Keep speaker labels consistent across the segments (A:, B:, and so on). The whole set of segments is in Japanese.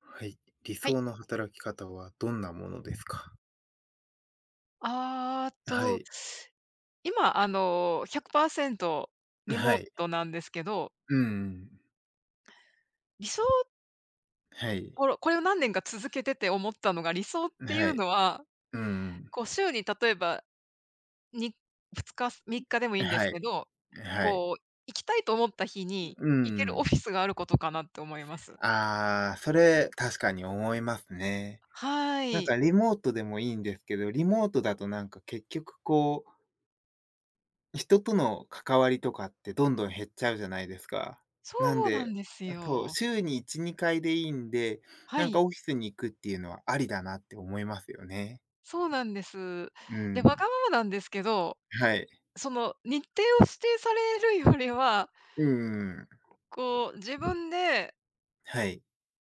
A: はい。理
B: はい。
A: 想の働き方はどんなものですか？
B: あー
A: は
B: と、
A: い。
B: 今、100%リ
A: は
B: モー
A: い。
B: トなんですけど、
A: うんん。
B: 理想
A: はい。
B: これを何年か続けてて思ったのが、理想ってい
A: は
B: う
A: い。
B: のは、
A: うんん。
B: こう、週に例えば、に2日、3日でもいいんで
A: は
B: す
A: い。
B: けど、
A: はい。
B: こう、行きたいと思った日に
A: う
B: 行け
A: ん
B: るオフ
A: ん。
B: ィスがあることかなって思います。
A: ああ、それ、確かに思いますね。
B: は
A: なん
B: い。
A: かリモートでもいいんですけど、リモートだとなんか結局こう、人との関わりとかってどんどん減っちゃうじゃないですか。
B: そ
A: なん
B: うな
A: で、
B: んです
A: あと、
B: よ。
A: 週に1、2回でいいんで、
B: は
A: なんか
B: い、
A: オフィスに行くっていうのはありだなって思いますよね。
B: そうなんです。
A: う
B: で、わが
A: ん。
B: ままなんですけど、
A: はい。
B: その、日程を指定されるよりは
A: うんん
B: こう、自分で
A: はい。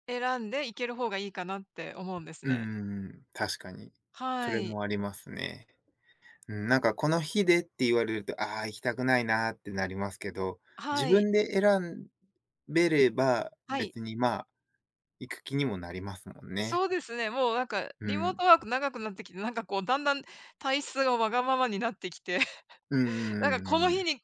B: 選んで行ける方がいいかなって思うんです
A: う
B: ね。
A: んん確かに。そ
B: は
A: れ
B: い。
A: もありますね。うん、なんかこの日でって言われると、ああ、行きたくないなってなりますけど、自
B: はい。
A: 分で選べれば、
B: はい。
A: 別にまあ、行く気にもなりますもんね。
B: そうですね、もうなんか
A: う
B: リモー
A: ん。
B: トワーク長くなってきて、なんかこうだんだん体質がわがままになってきて、
A: うんう
B: なんか
A: んう
B: この
A: ん
B: 日
A: う
B: にっ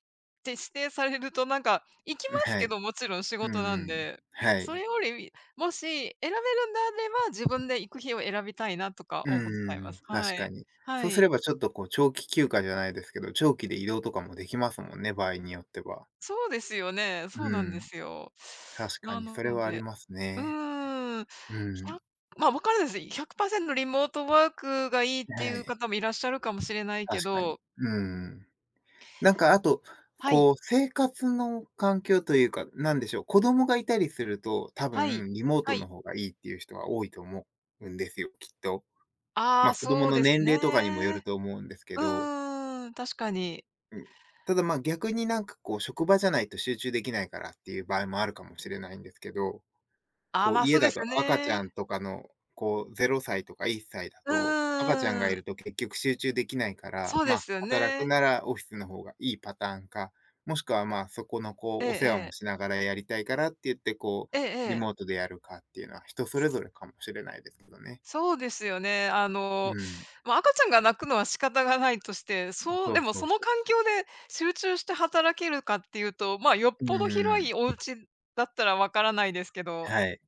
B: て指定されるとなんか行きま
A: ん
B: す
A: は
B: け
A: い。
B: ど、もちろん仕
A: う
B: 事
A: ん
B: な
A: う
B: ん
A: ん。
B: で。
A: は
B: それ
A: い。
B: より、もし選べるんであれば、自分で行く日を選びたいなとか
A: うう
B: 思っちゃい
A: ん
B: ま
A: うん。
B: す。は
A: 確か
B: い。
A: に。
B: は
A: そうす
B: い。
A: ればちょっとこう、長期休暇じゃないですけど、長期で移動とかもできますもんね、場合によっては。
B: そうですよね。そうな
A: う
B: んで
A: ん。
B: すよ。
A: 確か
B: な
A: にそれ
B: の
A: はあり
B: で
A: ますね。うん。
B: 100まあ、分からないです。100%リモートワークがいいってい
A: は
B: う
A: い、
B: 方もいらっしゃるかもしれないけ
A: 確かに。
B: ど、
A: うん。なんかあと、
B: はい、
A: こう生活の環境というか、なんでしょう、子供がいたりすると、多
B: はい、
A: 分リモー
B: は
A: ト
B: い。
A: の方がいいっていう人は多いと思うんですよ、きっと。
B: あ
A: ま
B: あ、
A: あ、子供
B: そう
A: の
B: です
A: 年齢とかにもよる
B: ね。
A: と思うんですけ
B: う
A: ど、
B: ーん、確かに。
A: うん。ただ、まあ、逆になんかこう職場じゃないと集中できないからっていう場合もあるかもしれないんですけど、
B: ああ、
A: こ
B: ま
A: う、
B: あ、そ
A: 家
B: うで
A: だ
B: す
A: と
B: よ
A: 赤ち
B: ね。
A: ゃんとかの、こう、0歳とか1歳だ
B: う
A: と、赤ちゃん
B: ー
A: がい
B: ん、
A: ると結局集中できないから、
B: そう
A: ま
B: で
A: あ、
B: すよ
A: 働く
B: ね。
A: ならオフィスの方がいいパターンか、もしくは、まあ、そこの、こ
B: ええ
A: う、お世
B: え
A: 話も
B: え。
A: しながらやりたいからって言って、こ
B: ええ
A: う、リ
B: え
A: モー
B: え。
A: トでやるかっていうのは人それぞれかもしれないですけどね。
B: そうですよね。
A: うん、
B: まあ、赤ちゃんが泣くのは仕方がないとして、そう
A: そ
B: で
A: う
B: も
A: そう
B: その
A: そう。
B: 環境で集中して働けるかっていうと、まあ、よっ
A: う
B: ぽど広い
A: ん、
B: お家だったらわからないですけど、
A: はい。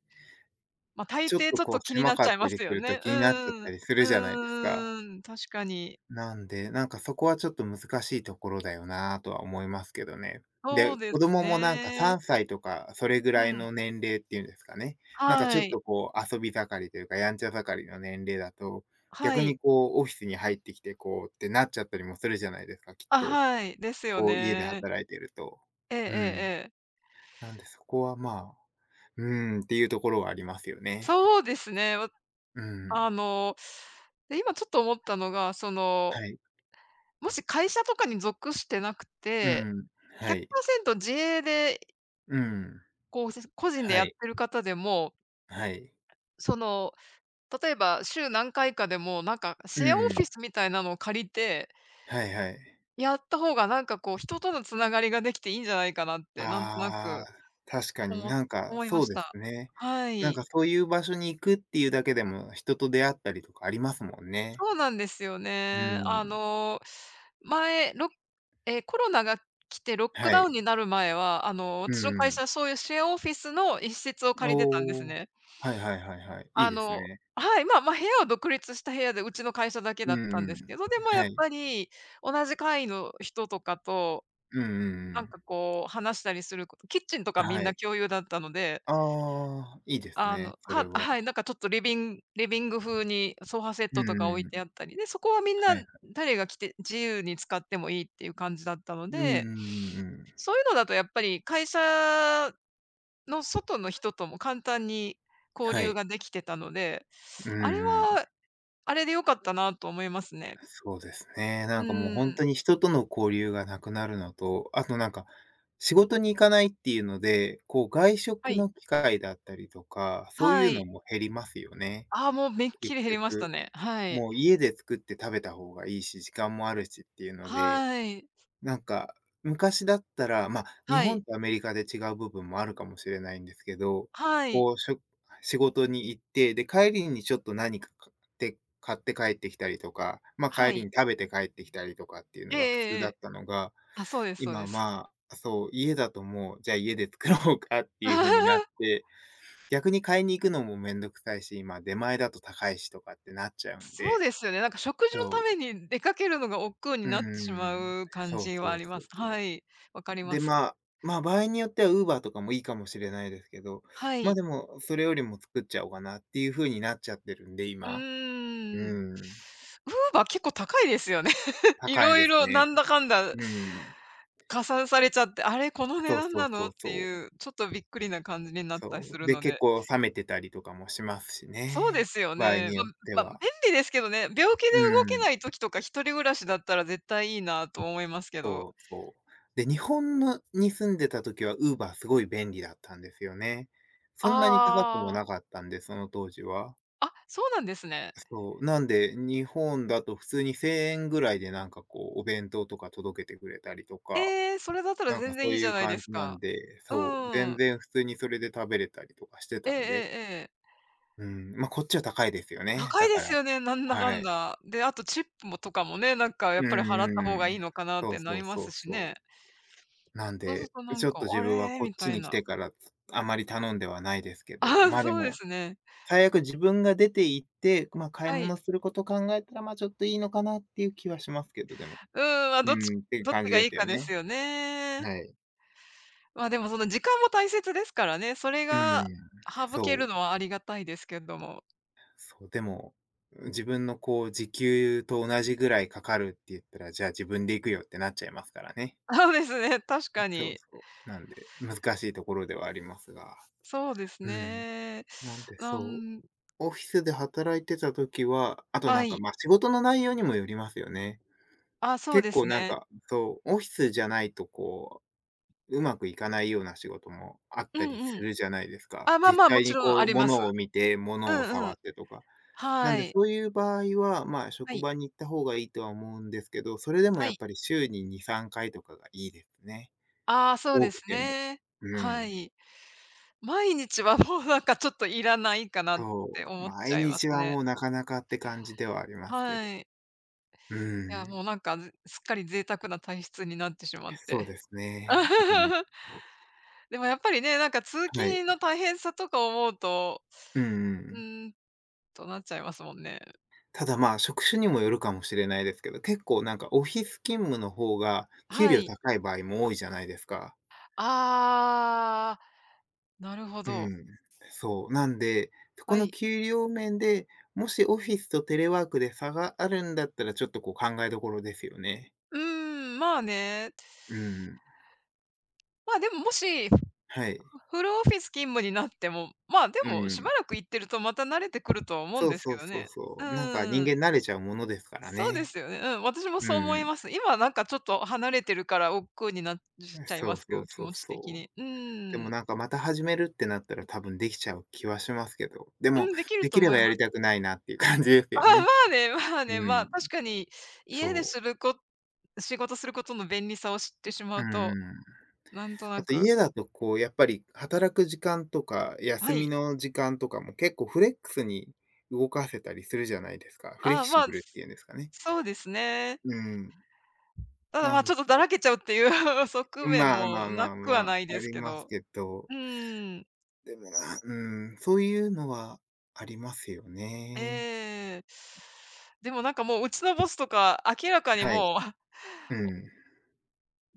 B: まあ、大
A: ちょっ
B: 抵ち
A: と
B: ょっ
A: こう
B: と気にな
A: 狭
B: っ
A: か
B: ちゃ
A: っ
B: いま
A: た
B: す
A: りす
B: よ
A: ると
B: ね。
A: 気になっちゃったりす
B: う
A: るじゃないですか。
B: ーん、確かに。
A: なんで、なんかそこはちょっと難しいところだよなとは思いますけどね。
B: そう
A: で、
B: で
A: 子
B: す
A: 供もなんか
B: ね。
A: 3歳とかそれぐ
B: う
A: らい
B: ん。
A: の年齢っていうんですかね。なんかち
B: は
A: ょっ
B: い。
A: とこう遊び盛りというか、やんちゃ盛りの年齢だと、
B: は
A: 逆
B: い。
A: にこうオフィスに入ってきてこうってなっちゃったりもするじゃないですか、きっ
B: あ、
A: と。
B: はい。ですよ
A: こう家で
B: ね。
A: 働いてると。
B: ええええ
A: うん。
B: ええ。
A: なんでそこはまあ、うーんっていうところはありますよね。
B: そうですね。
A: うん。
B: あの、で、今ちょっと思ったのが、その、
A: はい。
B: もし会社とかに属してなく
A: う
B: て、
A: ん。はい。
B: 100%自営で、
A: うん。
B: こう、個人で
A: は
B: やっ
A: い。
B: てる方でも、
A: はい。
B: その、例えば週何回かでも、なんか
A: う
B: シェアオフィ
A: ん。
B: スみたいなのを借りて、
A: はいはい。
B: やった方がなんかこう、人とのつながりができていいんじゃないかなって、なんとな
A: あ
B: く
A: あ、確か
B: お
A: に、
B: も
A: なんか、
B: 思いま
A: そう
B: し
A: です
B: た。
A: ね。
B: は
A: なん
B: い。
A: か、そういう場所に行くっていうだけでも、人と出会ったりとかありますもんね。
B: そうなんですよ
A: う
B: ね。
A: ん。
B: 前、ろコロナが来てロック
A: は
B: ダウンに
A: い。
B: なる前は、あの、
A: う
B: 私の会
A: ん
B: 社、そういうシェアオフィスの一室を
A: ん。
B: 借りてたんで
A: お
B: す
A: お。
B: ね。
A: はいはいはいはい。いい
B: あ
A: です
B: の
A: ね。
B: はい、まあ、部屋は独立した部屋で、うちの会社だけ
A: う
B: だった
A: ん
B: ん
A: う
B: ですけ
A: ん。
B: ど、でもや
A: は
B: っ
A: い。
B: ぱり、同じ階の人とかと、
A: うんうんう
B: なん
A: ん。
B: かこう話したりすること、キッチンとかみん
A: は
B: な
A: い。
B: 共有だったので、
A: ああ、いいですね、それ は。
B: はい、なんかちょっとリビング風にソファセッ
A: う
B: トと
A: ん
B: か
A: う
B: 置い
A: んう
B: てあ
A: ん。
B: ったり、で、そこはみんな
A: はい。
B: 誰が来て自由に使ってもいいっていう感じだったの
A: うんう
B: で、
A: んうんうん。
B: そういうのだとやっぱり会社の外の人とも簡単に交
A: は
B: 流
A: い。
B: ができてたので、
A: う
B: あれ
A: んうん。
B: は、あれで良かったなと思いますね。
A: そうですね。
B: う
A: なんかもう本
B: ん。
A: 当に人との交流がなくなるのと、あとなんか、仕事に行かないっていうので、こう外
B: は
A: 食
B: い。
A: の機会だったりとか、そうい
B: は
A: うの
B: い。
A: も減りますよね、
B: ああ、もうめっき
A: 結
B: り減りました
A: 局。
B: ね。はい。
A: もう家で作って食べた方がいいし、時間もあるしっていうので、
B: はい。
A: なんか、昔だったら、まあ、日
B: はい。
A: 本とアメリカで違う部分もあるかもしれないんですけど、
B: はい。
A: こう、仕事に行って、で、帰りにちょっと何か買って帰ってきたりとか、まあ、
B: は
A: 帰り
B: い。
A: に食べて帰ってきたりとかっていう
B: え
A: の
B: え
A: が普通
B: えええ
A: だ
B: え。
A: ったのが、
B: あ、そうですそう
A: 今、
B: です。
A: まあ、そう、家だともう、じゃあ家で作ろうかっていう風になっ て、逆に買いに行くのもめんどくさいし、今出前だと高いしとかってなっちゃうん
B: そう
A: で、
B: ですよね。なんか食事のた
A: そ
B: めに出かけるのが億劫に
A: う、うん
B: なって
A: う
B: し
A: ん
B: ま
A: うん。
B: う感
A: そう
B: じはあ
A: そう
B: りま
A: そ
B: す。
A: うそ
B: は
A: う。
B: い、わかりま
A: で、
B: す。
A: まあ、場合によっては Uber とかもいいかもしれないですけど、
B: は
A: ま、あ
B: い。
A: でも、それよりも作っちゃおうかなっていう風になっちゃってるんで、
B: う
A: 今。
B: ーん。
A: うん。
B: Uber 結構高いですよね。い
A: 高い
B: ろい
A: です
B: ろ
A: ね。
B: なんだかんだ
A: うん。
B: 加算されちゃって、あれ、この値
A: そう
B: 段
A: そう
B: なのっ
A: そう
B: て
A: そう。
B: いう、ちょっとびっくりな感じになったり
A: そ
B: す
A: う。
B: る
A: で、
B: の
A: 結
B: で。
A: 構冷めてたりとかもしますし
B: そうで
A: ね、
B: すよ
A: 場合
B: ね。
A: によって
B: まあ、便
A: は。
B: 利ですけどね、病気で動
A: う
B: け
A: ん、
B: ない時とか一人暮らしだったら絶対いいなと思いますけど。
A: そうそう。で、日本のに住んでた時は Uber すごい便利だったんですよね。そんなに高くも
B: ああ、
A: なかったんで、その当時は。
B: あ、そうなんですね。
A: そう、なんで、日本だと普通に1000円ぐらいでなんかこう、お弁当とか届けてくれたりとか、
B: ええ、それだったら
A: なんか
B: 全
A: そ
B: 然
A: う
B: いい
A: い
B: じゃ
A: う
B: ないで
A: 感
B: す
A: じなん
B: か。
A: で、
B: う
A: そう、全
B: ん。
A: 然普通にそれで食べれたりとかして
B: え
A: た
B: ええ
A: んで、
B: えええ。
A: うん、ま、こっちは高いですよね、
B: 高い
A: だ
B: で
A: か
B: す
A: ら、
B: よね、なんだか
A: は
B: ん
A: い。
B: だ。で、あとチップもとかもね、なんかや
A: う
B: っ
A: ん
B: ぱり払
A: う
B: っ
A: ん
B: た方が
A: うん。
B: いいのかなっ
A: そ
B: て
A: う
B: な
A: そ
B: り
A: う
B: ま
A: そ
B: す
A: う
B: し
A: そ
B: ね。
A: う。なん
B: そうする
A: で、
B: となん
A: ちょっ
B: か、
A: と
B: あ
A: 自分は
B: れ？
A: こ
B: み
A: っ
B: た
A: ち
B: い
A: に来
B: な。
A: てから、あまり頼んではないですけ
B: あ
A: ど、
B: あ、
A: ま、あで
B: そうで
A: も、
B: すね。
A: 最悪自分が出て行って、ま、買い
B: はい。
A: 物すること考えたら、ま、ちょっといいのかなっていう気はしますけど、でも。
B: うん、ま、
A: う
B: どっち
A: ん、っていう
B: どっ
A: 感
B: ち
A: じ
B: が
A: で
B: いい
A: すよ
B: かです
A: ね。
B: よね。
A: はい。
B: でもその時間も大切ですからね、それ
A: う
B: が
A: ん、
B: 省ける
A: そ
B: の
A: う、
B: はありがたいですけども。
A: そう、でも、自分のこう時給と同じぐらいかかるって言ったら、じゃあ自分で行くよってなっちゃいますからね。
B: そうですね、確か
A: そう
B: に。
A: そう。なんで、難しいところではありますが。
B: そうです
A: うん。
B: ね。
A: なんで
B: な
A: そう、
B: ん
A: オフィスで働いてた時は、あと
B: は
A: なんか、
B: い。
A: ま、仕事の内容にもよりますよね。
B: あ、そう
A: 結
B: です
A: 構なん
B: ね。
A: か、そう、オフィスじゃないとこううまくいかないような仕事もあっ
B: う
A: たり
B: んう
A: す
B: ん。
A: るじゃないですか。
B: あ、
A: 実
B: も
A: 際
B: ち
A: に
B: ろんあ
A: こう、
B: ります。
A: 物を見て、
B: う
A: 物を
B: んう
A: 触
B: ん。
A: ってとか。なん
B: は
A: で、
B: い。
A: そういう場合は、まあ、
B: は
A: 職
B: い。
A: 場に行った方がいいとは思うんですけど、それでも
B: は
A: やっ
B: い。
A: ぱり週に2、3回とかがいいですね。
B: ああ、そう
A: 多
B: で
A: く
B: す
A: ても。
B: ね。
A: う
B: は
A: ん。
B: い。毎日はもうなんかちょっといらないかなっ
A: そ
B: て
A: う、
B: 思っち
A: 毎
B: ゃいま
A: 日
B: す
A: は
B: ね。
A: もうなかなかって感じではありますけど。
B: はい。
A: う
B: いや、もう
A: ん。
B: なんか、ずすっかり贅沢な体質になってしまっ
A: そう
B: て。
A: ですね。うん。
B: でもやっぱりね、なんか通
A: はい。
B: 勤の大変さとか思うと、
A: うんう
B: う
A: ん、
B: ーんとなっちゃいますもんね。
A: ただ、まあ、職種にもよるかもしれないですけど、結構なんかオフィス勤務の方が給
B: は
A: 料
B: い。
A: 高い場合も多いじゃないですか。
B: ああ、なるほ
A: う
B: ど。
A: ん。そう。なんで、そこ
B: は
A: の
B: い。
A: 給料面で、もしオフィスとテレワークで差があるんだったら、ちょっとこう考えどころですよね。
B: うーん、まあね。
A: うん。
B: まあ、でも、もし、
A: はい。
B: フルオフィス勤務になっても、まあ、で
A: う
B: も、し
A: ん。
B: ばらく行ってるとまた慣れてくるとは思うん
A: そう
B: です
A: そ
B: け
A: う
B: ど
A: そう
B: ね。う
A: そう。なんか
B: ー
A: 人
B: ん。
A: 間慣れちゃうものですから
B: そうで
A: ね。
B: すよね。うん、私も
A: う
B: そう思い
A: ん。
B: ます。今なんかちょっと離れてるから億劫になっちゃい
A: そ
B: ま
A: う
B: すけ
A: そ
B: ど、
A: う
B: 気
A: そう
B: 持ち的
A: そう。
B: に。う
A: で
B: ー
A: も
B: ん。
A: なんかまた始めるってなったら多分できちゃう気はしますけど、でも、
B: うん、できる
A: で
B: と
A: きれ
B: 思
A: ば
B: いま
A: やり
B: す。
A: たくないなっていう感じですよ
B: ま
A: ね。
B: あねまあね、ま
A: う
B: あ、
A: ん、
B: 確かに家で
A: そう。
B: するこ仕事することの便利さを知ってしま
A: う
B: うと、
A: ん、
B: なんと
A: あ
B: な
A: と
B: く、
A: 家だとこうやっぱり働く時間とか、休
B: は
A: み
B: い。
A: の時間とかも結構フレックスに動かせたりするじゃないですか。フレキ
B: あ、
A: シ
B: まあ、
A: ブルっていうんですかね。
B: そうですね。
A: うん。
B: ただ、
A: な
B: ち
A: ん
B: ょっとだらけちゃうっていう 側面
A: まあま
B: も
A: あま
B: な
A: あ
B: く
A: ま
B: はな
A: あ、
B: い
A: あ
B: です
A: り
B: け
A: ます
B: ど。
A: けど、
B: うん、
A: でもなうん、そういうのはありますよね。
B: ええ。でもなんかもう、うちのボスとか、明らかに
A: はい。
B: もう
A: うん。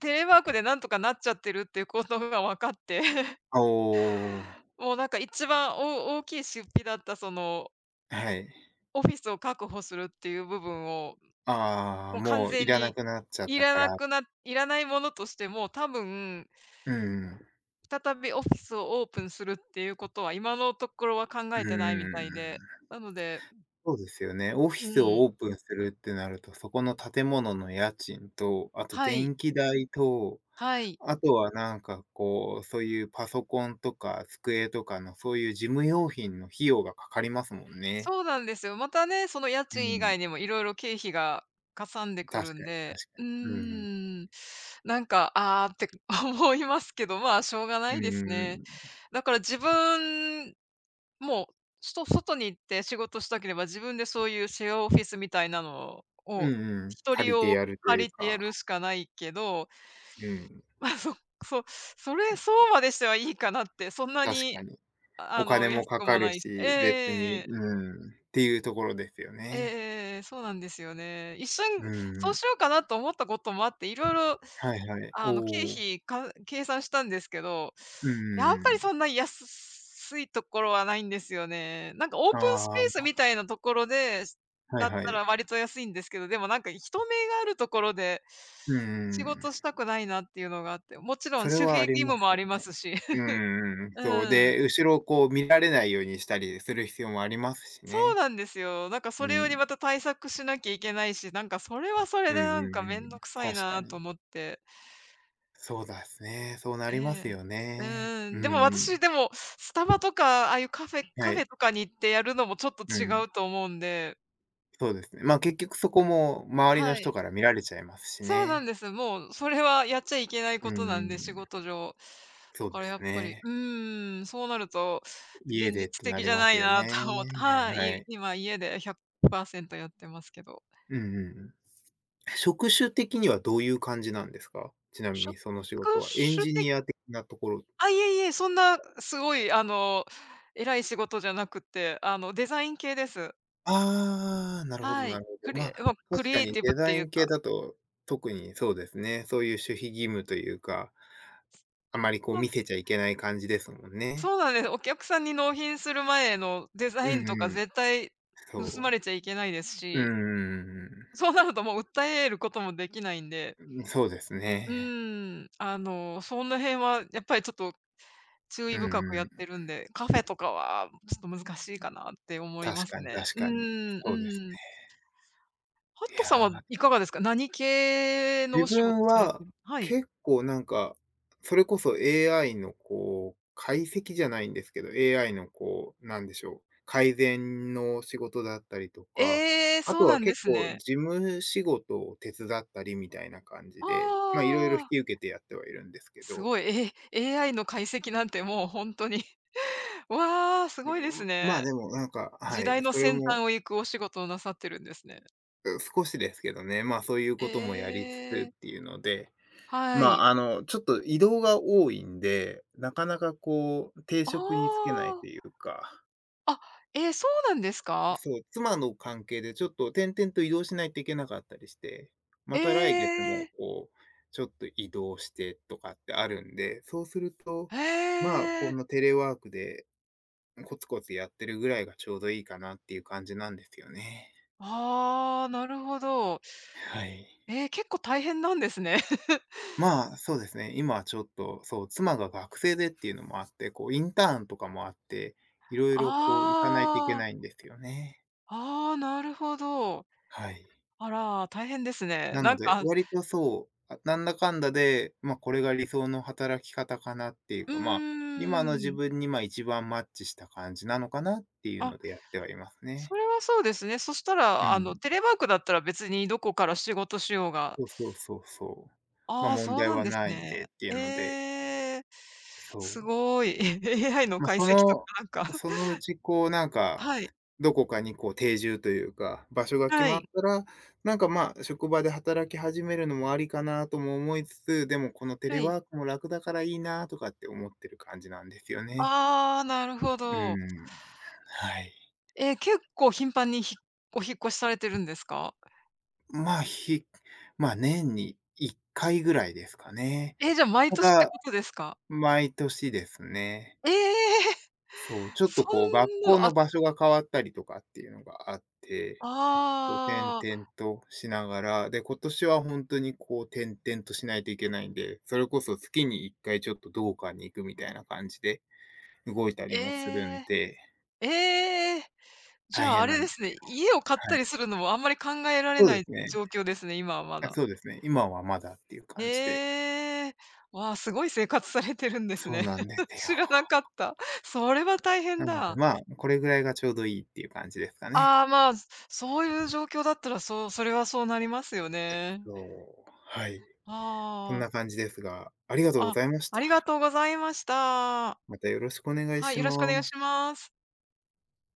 B: テレワークでなんとかなっちゃってるっていうことが分かって、
A: おお。
B: もうなんか一番大きい出費だった、その、
A: はい。
B: オフィスを確保するっていう部分を、
A: ああ、
B: もう完
A: もうい
B: 全
A: らな
B: に
A: くなっちゃっ
B: い
A: た
B: ら
A: か
B: な
A: ら。
B: くないらないものとして、もう多分、
A: うんうん。
B: 再びオフィスをオープンするっていうことは、今のところは考
A: う
B: え
A: んう
B: てない
A: ん
B: み
A: うんう
B: たいで。
A: ん、
B: なので、
A: そうですよね。オフィ
B: う
A: ス
B: ん。
A: をオープンするってなると、そこの建物の家賃と、あと
B: はい。
A: 電気代と、
B: はい。
A: あとはなんかこう、そういうパソコンとか机とかのそういう事務用品の費用がかかりますもんね。
B: そうなんですよ。またね、その家
A: う
B: 賃以
A: ん。
B: 外にもいろいろ経費がかさんで
A: 確か
B: くるん
A: に
B: で、
A: 確か
B: うー
A: に。うんうん。
B: ん。なんか、ああって 思いますけど、まあ、しょうがな
A: う
B: いですね。
A: ん。
B: だから自分も、ちょっと外に行って仕事したければ、自分でそういうシェアオフィスみたいなの
A: う
B: を、
A: んうん。
B: 一
A: 借
B: 人
A: りて
B: を
A: やるとい
B: 借
A: う
B: りてや
A: か、
B: るしかないけど、
A: うん、
B: まあ、そそれ、そうまでしてはいいかなって、そんな
A: 確
B: に
A: かに。お金も
B: 安
A: か
B: く
A: か
B: もな
A: る
B: いし、ええ
A: し、別
B: えええ
A: に、
B: え。え
A: うーん、っていうところですよ
B: え
A: ね。
B: ええ、そうなんですよね。一瞬、
A: う
B: そう
A: んん。
B: しようかなと思ったこともあって、いろいろ
A: はいはい。お
B: あの、経
A: お。
B: 費か計算したんですけど、
A: うん
B: やっぱ
A: う
B: りそん
A: ん
B: な安いところはないんですよね。なんかオープンスペ
A: あ
B: ース
A: あ、
B: みたいなところで
A: はい
B: だっ
A: は
B: た
A: い。
B: ら割と安いんですけど、でもなんか人目があるところで
A: うん
B: 仕
A: ん
B: 事したくないなっていうのがあって、もちろん
A: そ
B: 守
A: れは
B: 秘
A: あ
B: 義
A: りま
B: 務
A: す
B: もあ
A: よ
B: ります
A: ね。
B: し。
A: うんんそう、
B: うん。
A: で、後ろをこう見られないようにしたりする必要もありますし
B: そう
A: ね。
B: なんですよ。なんかそ
A: う
B: れより
A: ん。
B: また対策しなきゃいけないし、なんかそれはそれ
A: うん
B: で
A: う
B: なんかめ
A: んう
B: んど
A: ん。
B: くさい
A: 確か
B: なと
A: に。
B: 思って。
A: そうですね。そうな
B: え
A: ります
B: え。
A: よ
B: う
A: ね。
B: ー
A: う
B: ん、で
A: ん
B: も
A: う
B: 私
A: ん。
B: でも、スタバとか、ああいう
A: は
B: カフェ
A: い。
B: とかに行ってやるのもちょっと
A: う
B: 違
A: ん。
B: うと思うんで。
A: そうですね。結局そこも周りの
B: はい。
A: 人から見られちゃいますし
B: そうなんで
A: ね。
B: す。もうそれはやっちゃいけない
A: う
B: こ
A: ん
B: と
A: うん
B: な
A: う
B: んで、仕
A: ん。
B: 事上。だ
A: そう
B: か
A: で
B: ら
A: す
B: やっぱり、
A: ね。
B: うーん、そうなると、
A: 家
B: 現
A: でっ
B: 実
A: てな
B: 的
A: り
B: じゃ
A: ま
B: な
A: す
B: い
A: よ
B: な
A: ね。
B: と思って、は
A: は
B: い、
A: い。
B: 今家で100％やってますけど。
A: うんうんうん。職種的にはどういう感じなんですか？ちなみに
B: 職
A: その仕事は。エン
B: 種
A: ジ
B: 的
A: ニア的なところ、
B: あ、いえいえ、そんなすごいあの、偉い仕事じゃなくて、あの、デザイン系です。
A: ああ、なるほど
B: は
A: な
B: い。
A: るほ
B: ク
A: ど。
B: リ
A: ま
B: エ
A: あ、
B: ク
A: 確
B: リ
A: か
B: エイ
A: に
B: ティブ
A: デ
B: って
A: ザ
B: い
A: イ
B: う
A: ン系
B: か、
A: だと、特にそうですね。そういう守秘義務というか、あまりこう
B: そう
A: 見せちゃいけない感じですもんね。
B: そうなんです。お客さんに納品する前のデザ
A: う
B: イン
A: ん
B: とか
A: うん。
B: 絶対盗ま
A: そ
B: れ
A: う。
B: ちゃいけないです
A: うん
B: し、
A: う
B: そうなるともう訴えることもできないんで、
A: ん。うん、そうです
B: う
A: ね。
B: ーん、あの、その辺はやっぱりちょっと注
A: う
B: 意深く
A: ん
B: や
A: う
B: って
A: ん。
B: るんで、カフェとかはちょっと難しいかなって思いま
A: 確
B: す
A: かに
B: ね。
A: 確
B: う
A: かに。
B: ーん、う
A: そうです。
B: ーん。ハッ
A: い
B: トさん
A: や
B: は
A: ー、
B: いかがですか？何系の
A: 自
B: お仕事
A: 分
B: されて
A: は
B: る、はい。
A: 結構なんか、それこそ AI のこう、解析じゃないんですけど、AI のこう、なんでしょう、改善の仕事だったりとか、
B: ええ、
A: あ
B: そ
A: と
B: うな
A: は
B: んで
A: 結
B: す
A: 構
B: ね。
A: 事務仕事を手伝ったりみたいな感
B: あ
A: じで、ま、いろいろ引
B: あ、
A: き受けてやってはいるんですけ
B: す
A: ど、
B: ごい、AI の解析なんてもう本当に わあ、すごいで
A: うん、
B: す
A: まあ、
B: ね。
A: でもなんか、は
B: 時
A: い、
B: 代の
A: それ
B: 先
A: も、
B: 端を行くお仕事をなさってるんですね。
A: うん少しですけどね、まあ、そういう
B: え
A: こともやりつつ
B: え、
A: っていうので、
B: は
A: ま、
B: い。
A: ちょっと移動が多いんで、なかなかこう、定職に就けない
B: あ
A: というか、
B: あ、あ、えー、そうなんですか？
A: そう、妻の関係でちょっと転々と移動しないといけなかったりして、ま
B: え
A: た来月も
B: え、
A: こう、ちょっと移動してとかってあるんで、そうすると、
B: へ
A: まあ、こ
B: え。
A: のテレワークでコツコツやってるぐらいがちょうどいいかなっていう感じなんですよね。
B: ああー、なるほど。
A: はい。
B: えー、結構大変なんですね。
A: まあ、そうですね。今はちょっと、そう、妻が学生でっていうのもあって、こうインターンとかもあって、いろいろこう
B: あ
A: 行かないといけな
B: あ。
A: いんですよね。
B: ああ、なるほど。
A: はい。
B: あら、大変ですね。
A: な
B: な
A: の
B: ん
A: で、
B: か
A: 割とそう、あ、なんだかんだで、これが理想の働き方かなっていう
B: う
A: か、まあ、今の自
B: ーん。
A: 分に、一番マッチした感じなのかなっていう
B: あ、
A: のでやってはいます
B: そ
A: ね。
B: れはそうですね。そした
A: う
B: ら、あの、
A: ん。
B: テレワークだったら別にどこから仕事しようが、
A: そうそうそうそう。まあ、
B: ああ、
A: 問
B: そう
A: 題
B: なん
A: は
B: です
A: ないん
B: ね。
A: でってい
B: え
A: うので、
B: え、
A: そ
B: す
A: う。
B: ごい。AI の
A: ま、
B: 解
A: そ
B: 析とか
A: の
B: なんか
A: そ のうちこうなんか、
B: はい、
A: どこかにこう定住というか、場所が決
B: は
A: まっ
B: い、
A: たら、なんかまあ、職場で働き始めるのもありかなとも思いつつ、でもこのテ
B: は
A: レ
B: い。
A: ワークも楽だからいいなとかって思ってる感じなんですよね。
B: ああ、なるほ
A: う
B: ど。
A: ーん、はい。
B: えー、結構頻繁にお引っ越しされてるんですか？
A: まあ、ひまあ、年に1回ぐらいですかね。
B: えー、じゃあ毎
A: た
B: 年って
A: だ、
B: ことですか？
A: 毎年ですね。
B: ええー！
A: そう、ちょっ
B: そ
A: とこう学
B: んな
A: 校
B: のあ
A: の場所が変わったりとかっていうのがあって、こう
B: あ
A: 転々
B: あ、
A: としながら、で、今年は本当にこう転々としないといけないんで、それこそ月に1回ちょっとどこかに行くみたいな感じで動いたり
B: え
A: もするん
B: え、
A: で、
B: ええ。じ
A: 大
B: ゃあ、あ
A: 変な
B: れ
A: ん
B: で
A: です。
B: すね、家を買っ
A: は
B: たり
A: い。
B: するのもあんまり考えられ
A: そう
B: な
A: で
B: い
A: すね。
B: 状況ですね、今はま
A: あ、
B: だ。
A: そうですね。今はまだっていう感じで。
B: へえ。わあ、すごい生活されてるんです
A: そう
B: ね。
A: なんです
B: 知らな
A: よ。
B: かった。それは大変
A: なので、
B: だ。
A: まあ、これぐらいがちょうどいいっていう感じですか
B: あ
A: ね。
B: あ、まあ、そういう状況だったら、それはそうなりますよね。
A: そう、はい。そん
B: あ
A: な感じですが、ありがとう
B: あ、
A: ご
B: あ、
A: ざいまし
B: あ
A: た。
B: りがとうございました。
A: またよろしくお願い
B: はい、
A: し
B: よろしくお願い
A: ま
B: し
A: す
B: ます。